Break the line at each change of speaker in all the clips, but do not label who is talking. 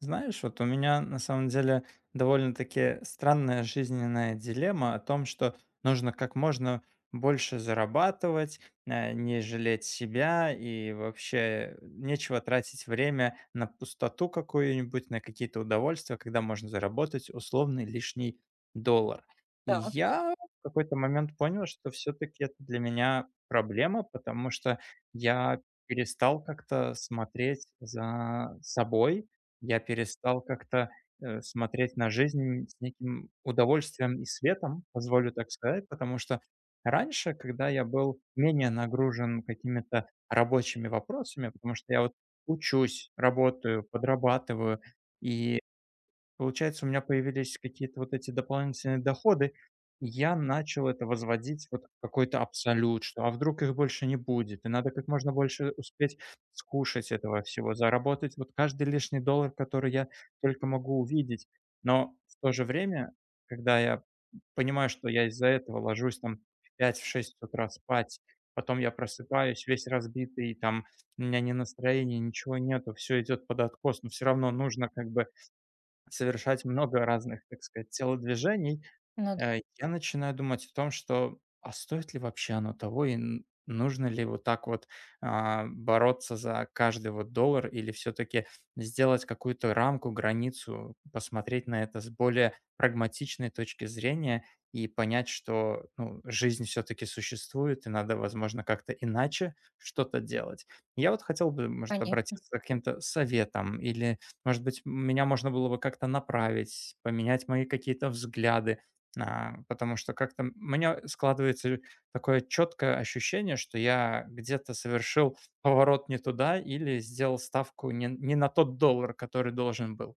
Знаешь, вот у меня на самом деле довольно-таки странная жизненная дилемма о том, что нужно как можно больше зарабатывать, не жалеть себя и вообще нечего тратить время на пустоту какую-нибудь, на какие-то удовольствия, когда можно заработать условный лишний доллар. И
так.
я в какой-то момент понял, что все-таки это для меня проблема, потому что я перестал как-то смотреть за собой, я перестал как-то смотреть на жизнь с неким удовольствием и светом, позволю так сказать, потому что раньше, когда я был менее нагружен какими-то рабочими вопросами, потому что я вот учусь, работаю, подрабатываю и получается, у меня появились какие-то вот эти дополнительные доходы, и я начал это возводить вот в какой-то абсолют, что а вдруг их больше не будет, и надо как можно больше успеть скушать этого всего, заработать вот каждый лишний доллар, который я только могу увидеть. Но в то же время, когда я понимаю, что я из-за этого ложусь там в 5-6 утра спать, потом я просыпаюсь весь разбитый, там у меня ни настроения, ничего нету, все идет под откос, но все равно нужно как бы совершать много разных, так сказать, телодвижений.
Ну да.
Я начинаю думать о том, что а стоит ли вообще оно того, и н нужно ли вот так вот, бороться за каждый вот доллар или все таки сделать какую-то рамку, границу, посмотреть на это с более прагматичной точки зрения и понять, что, ну, жизнь все таки существует и надо, возможно, как-то иначе что-то делать. Я вот хотел бы, может,
Конечно.
обратиться к каким-то советом или, может быть, меня можно было бы как-то направить, поменять мои какие-то взгляды. Потому что как-то у меня складывается такое четкое ощущение, что я где-то совершил поворот не туда или сделал ставку не на тот доллар, который должен был.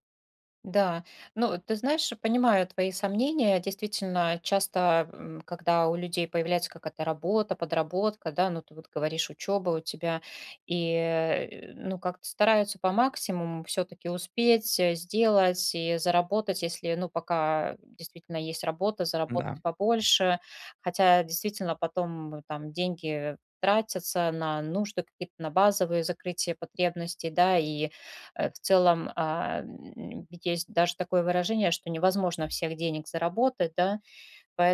Да, ну ты знаешь, понимаю твои сомнения. Действительно, часто, когда у людей появляется какая-то работа, подработка, да, ну ты вот говоришь, учеба у тебя, и ну как-то стараются по максимуму все-таки успеть сделать и заработать, если, ну пока действительно есть работа, заработать
Да,
побольше, хотя действительно потом там деньги тратятся на нужды какие-то, на базовые закрытие потребностей, да, и в целом, есть даже такое выражение, что невозможно всех денег заработать, да.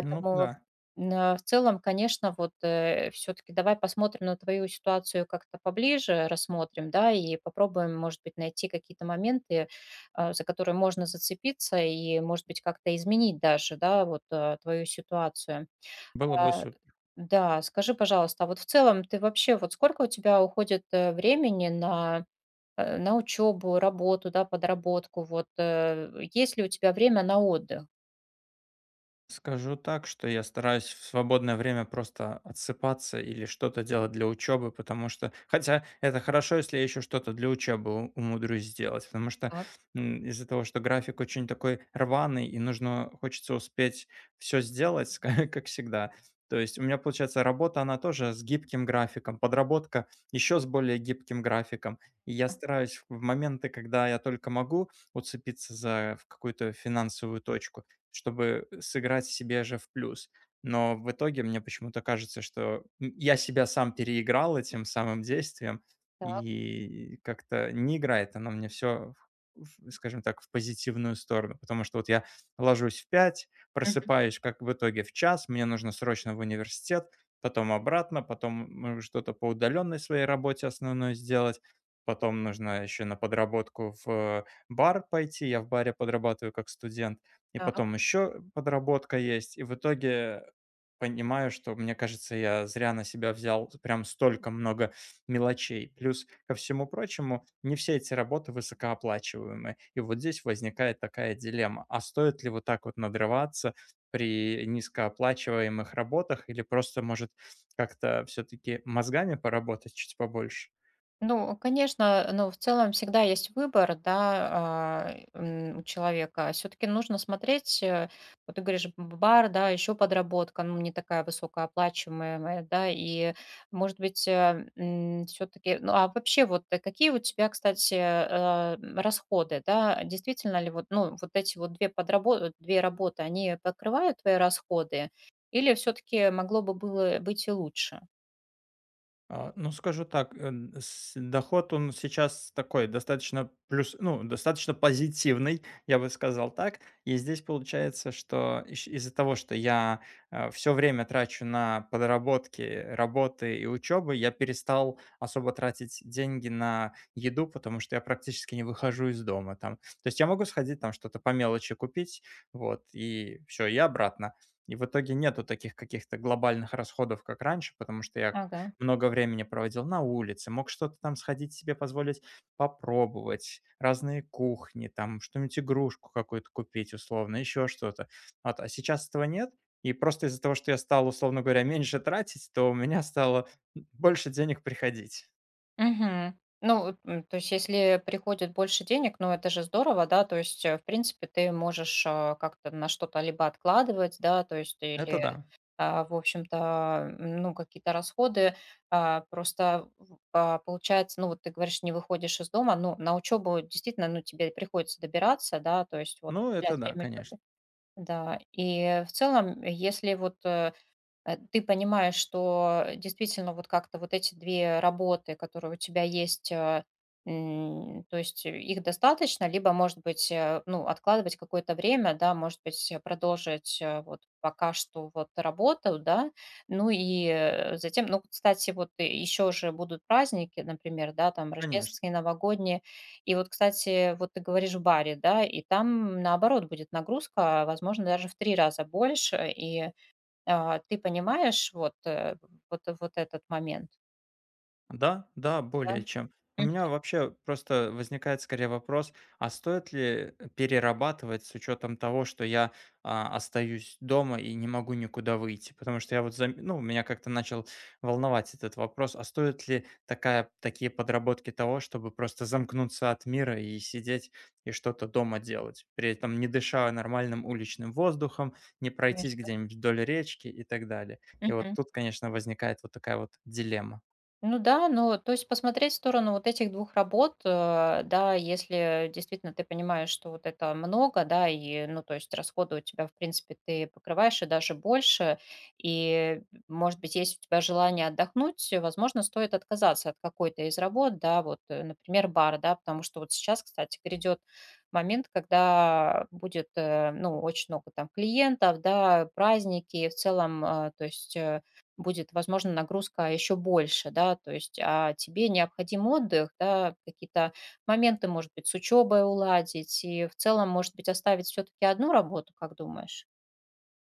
ну да,
на в целом, конечно, вот, все таки давай посмотрим на твою ситуацию как-то поближе, рассмотрим, да, и попробуем, может быть, найти какие-то моменты, за которые можно зацепиться и, может быть, как-то изменить даже, да, вот, твою ситуацию.
было бы
А,
супер.
да, скажи, пожалуйста, а вот в целом ты вообще, вот сколько у тебя уходит, времени на учебу, работу, да, подработку. Вот, есть ли у тебя время на отдых?
Скажу так, что я стараюсь в свободное время просто отсыпаться или что-то делать для учебы, потому что, хотя это хорошо, если я еще что-то для учебы умудрюсь сделать, потому что
Так,
из-за того, что график очень такой рваный и нужно, хочется успеть все сделать, как всегда. То есть у меня получается работа, она тоже с гибким графиком, подработка еще с более гибким графиком. И я стараюсь в моменты, когда я только могу, уцепиться за в какую-то финансовую точку, чтобы сыграть себе же в плюс. Но в итоге мне почему-то кажется, что я себя сам переиграл этим самым действием,
так.
и как-то не играет оно мне все, скажем так, в позитивную сторону. Потому что вот я ложусь в 5,
Мгм.
просыпаюсь как в итоге в час, мне нужно срочно в университет, потом обратно, потом что-то по удаленной своей работе основной сделать, потом нужно еще на подработку в бар пойти, я в баре подрабатываю как студент, и
Так.
потом еще подработка есть. И в итоге понимаю, что, мне кажется, я зря на себя взял прям столько много мелочей. Плюс ко всему прочему, не все эти работы высокооплачиваемые. И вот здесь возникает такая дилемма. А стоит ли вот так вот надрываться при низкооплачиваемых работах или просто, может, как-то все-таки мозгами поработать чуть побольше?
Ну, конечно, ну, в целом всегда есть выбор, да, у человека. Все-таки нужно смотреть, вот ты говоришь, бар, да, еще подработка, ну, не такая высокооплачиваемая, да, и, может быть, все-таки, ну, а вообще вот какие у тебя, кстати, расходы, да, действительно ли вот, ну, вот эти вот две подработки, две работы, они покрывают твои расходы, или все-таки могло бы было быть и лучше?
Ну, скажу так, с доход, он сейчас такой достаточно плюс ну, достаточно позитивный, я бы сказал так. И здесь получается, что ищ из-за того, что я, все время трачу на подработки, работы и учебы, я перестал особо тратить деньги на еду, потому что я практически не выхожу из дома там. То есть я могу сходить там что-то по мелочи купить, вот, и все и обратно. И в итоге нету таких каких-то глобальных расходов, как раньше, потому что я
Ага.
много времени проводил на улице, мог что-то там сходить себе позволить попробовать, разные кухни, там что-нибудь, игрушку какую-то купить условно, еще что-то. Вот, а сейчас этого нет. И просто из-за того, что я стал, условно говоря, меньше тратить, то у меня стало больше денег приходить.
Мгм. Ну, вот, то есть, если приходит больше денег, ну, это же здорово, да, то есть, в принципе, ты можешь, как-то на что-то либо откладывать, да, то есть,
Это
или,
да.
в общем-то, ну, какие-то расходы, просто получается, ну, вот ты говоришь, не выходишь из дома, ну, на учебу действительно, ну, тебе приходится добираться, да, то есть, вот,
Ну, это
уделять
да,
время учебе,
конечно,
да, и в целом, если вот ты понимаешь, что действительно вот как-то вот эти 2 работы, которые у тебя есть, то есть их достаточно, либо, может быть, ну, откладывать какое-то время, да, может быть, продолжить, вот пока что вот работу, да, ну и, затем, ну, кстати, вот еще же будут праздники, например, да, там
конечно.
рождественские, новогодние. И вот, кстати, вот ты говоришь в баре, да, и там наоборот будет нагрузка, возможно, даже в 3 раза больше, и, ты понимаешь вот, вот этот момент,
Да, да,
да?
более чем. У
Мгм.
меня вообще просто возникает скорее вопрос, а стоит ли перерабатывать с учетом того, что я остаюсь дома и не могу никуда выйти? Потому что я вот, ну, меня как-то начал волновать этот вопрос, а стоит ли такая, такие подработки того, чтобы просто замкнуться от мира и сидеть и что-то дома делать, при этом не дыша нормальным уличным воздухом, не пройтись
Конечно.
где-нибудь вдоль речки и так далее. И вот
Мгм.
тут, конечно, возникает вот такая вот дилемма.
Ну да, ну, то есть посмотреть в сторону вот этих двух работ, да, если действительно ты понимаешь, что вот это много, да, и, ну, то есть расходы у тебя, в принципе, ты покрываешь и даже больше, и, может быть, есть у тебя желание отдохнуть, возможно, стоит отказаться от какой-то из работ, да, вот, например, бар, да, потому что вот сейчас, кстати, грядет момент, когда будет, ну, очень много там клиентов, да, праздники, в целом, то есть, будет, возможно, нагрузка еще больше, да, то есть, а тебе необходим отдых, да, какие-то моменты, может быть, с учебой уладить и в целом, может быть, оставить все-таки одну работу, как думаешь?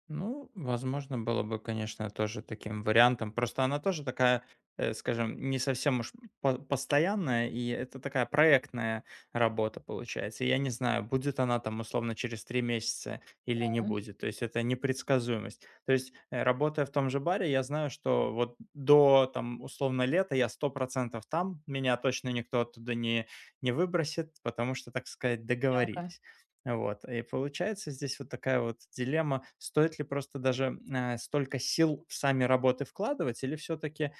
Ну, возможно, было бы, конечно, тоже таким вариантом. Просто она тоже такая, скажем, не совсем уж постоянная, и это такая проектная работа получается. И я не знаю, будет она там условно через три месяца или не будет. То есть это непредсказуемость. То есть работая в том же баре, я знаю, что вот до там условно лета я 100% там, меня точно никто оттуда не выбросит, потому что, так сказать,
Мгм.
договорились. Вот, и получается здесь вот такая вот дилемма, стоит ли просто даже, столько сил в сами работы вкладывать или все-таки,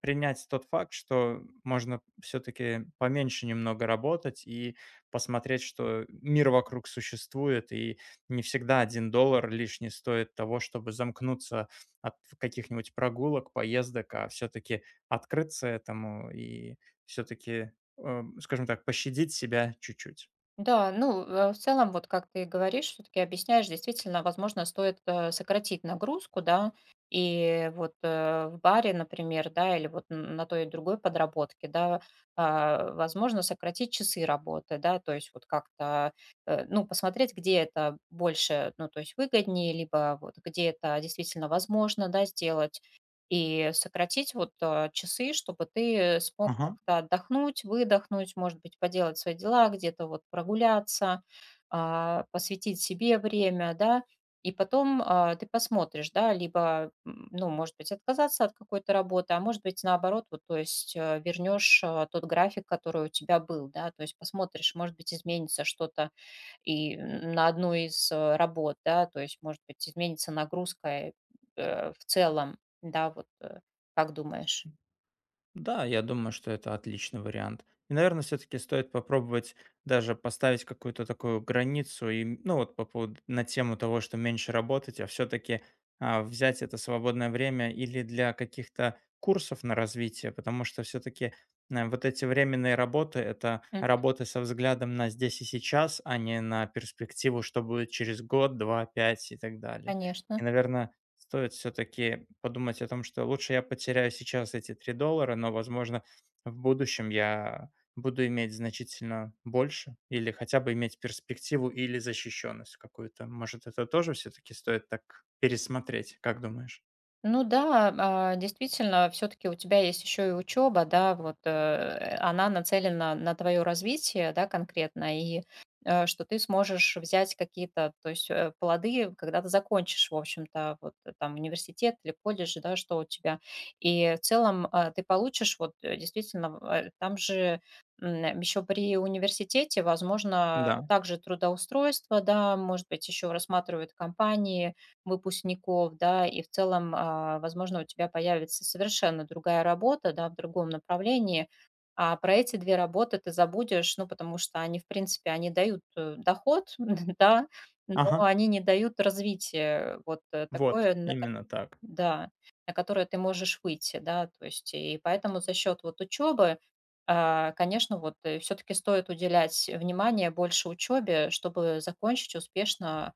принять тот факт, что можно все-таки поменьше немного работать и посмотреть, что мир вокруг существует, и не всегда один доллар лишний стоит того, чтобы замкнуться от каких-нибудь прогулок, поездок, а все-таки открыться этому и все-таки, скажем так, пощадить себя чуть-чуть.
Да, ну, в целом, вот как ты говоришь, все-таки объясняешь, действительно, возможно, стоит сократить нагрузку, да, и вот в баре, например, да, или вот на той и другой подработке, да, возможно, сократить часы работы, да, то есть вот как-то, ну, посмотреть, где это больше, ну, то есть выгоднее, либо вот где это действительно возможно, да, сделать, и сократить вот, часы, чтобы ты смог
Ага.
как-то отдохнуть, выдохнуть, может быть, поделать свои дела, где-то вот прогуляться, посвятить себе время, да. И потом, ты посмотришь, да, либо, ну, может быть, отказаться от какой-то работы, а может быть, наоборот, вот, то есть, вернешь, тот график, который у тебя был, да, то есть посмотришь, может быть, изменится что-то и на одну из, работ, да, то есть, может быть, изменится нагрузка, в целом, да, вот, как думаешь?
Да, я думаю, что это отличный вариант. И, наверное, все-таки стоит попробовать даже поставить какую-то такую границу, и, ну вот по поводу, на тему того, что меньше работать, а все-таки взять это свободное время или для каких-то курсов на развитие, потому что все-таки вот эти временные работы– это
М,
работы со взглядом на здесь и сейчас, а не на перспективу, что будет через год, два, пять и так далее.
Конечно.
И, наверное, стоит все-таки подумать о том, что лучше я потеряю сейчас эти $3, но, возможно, в будущем я буду иметь значительно больше или хотя бы иметь перспективу или защищенность какую-то. Может, это тоже все-таки стоит так пересмотреть, как думаешь?
Ну да, действительно, все-таки у тебя есть еще и учеба, да, вот она нацелена на твое развитие, да, конкретно, и что ты сможешь взять какие-то, то есть плоды, когда ты закончишь, в общем-то, вот там университет или колледж, да, что у тебя. И в целом, ты получишь, вот действительно, там же еще при университете, возможно,
Да.
также трудоустройство, да, может быть, еще рассматривают компании, выпускников, да, и в целом, возможно, у тебя появится совершенно другая работа, да, в другом направлении, а про эти 2 работы ты забудешь, ну, потому что они, в принципе, они дают, доход, да, но
Ага.
они не дают развития, вот,
Вот,
такое, на ко
именно так.
да, на которое ты можешь выйти, да, то есть, и поэтому за счет вот учебы, конечно, вот, все таки стоит уделять внимание больше учебе, чтобы закончить успешно,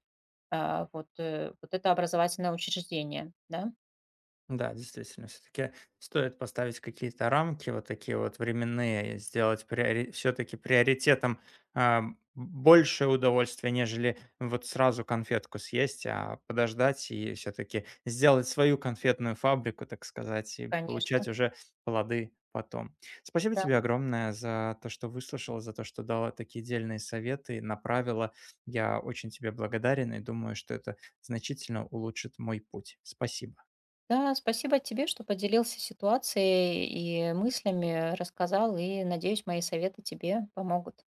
вот, вот это образовательное учреждение, да.
Да, действительно, все-таки стоит поставить какие-то рамки, вот такие вот временные, и сделать все-таки приоритетом а, большее удовольствие, нежели вот сразу конфетку съесть, а подождать и все-таки сделать свою конфетную фабрику, так сказать, и
Конечно.
получать уже плоды потом. Спасибо
Да,
тебе огромное за то, что выслушала, за то, что дала такие дельные советы, направила. Я очень тебе благодарен и думаю, что это значительно улучшит мой путь. Спасибо.
да, спасибо тебе, что поделился ситуацией и мыслями, рассказал, и, надеюсь, мои советы тебе помогут.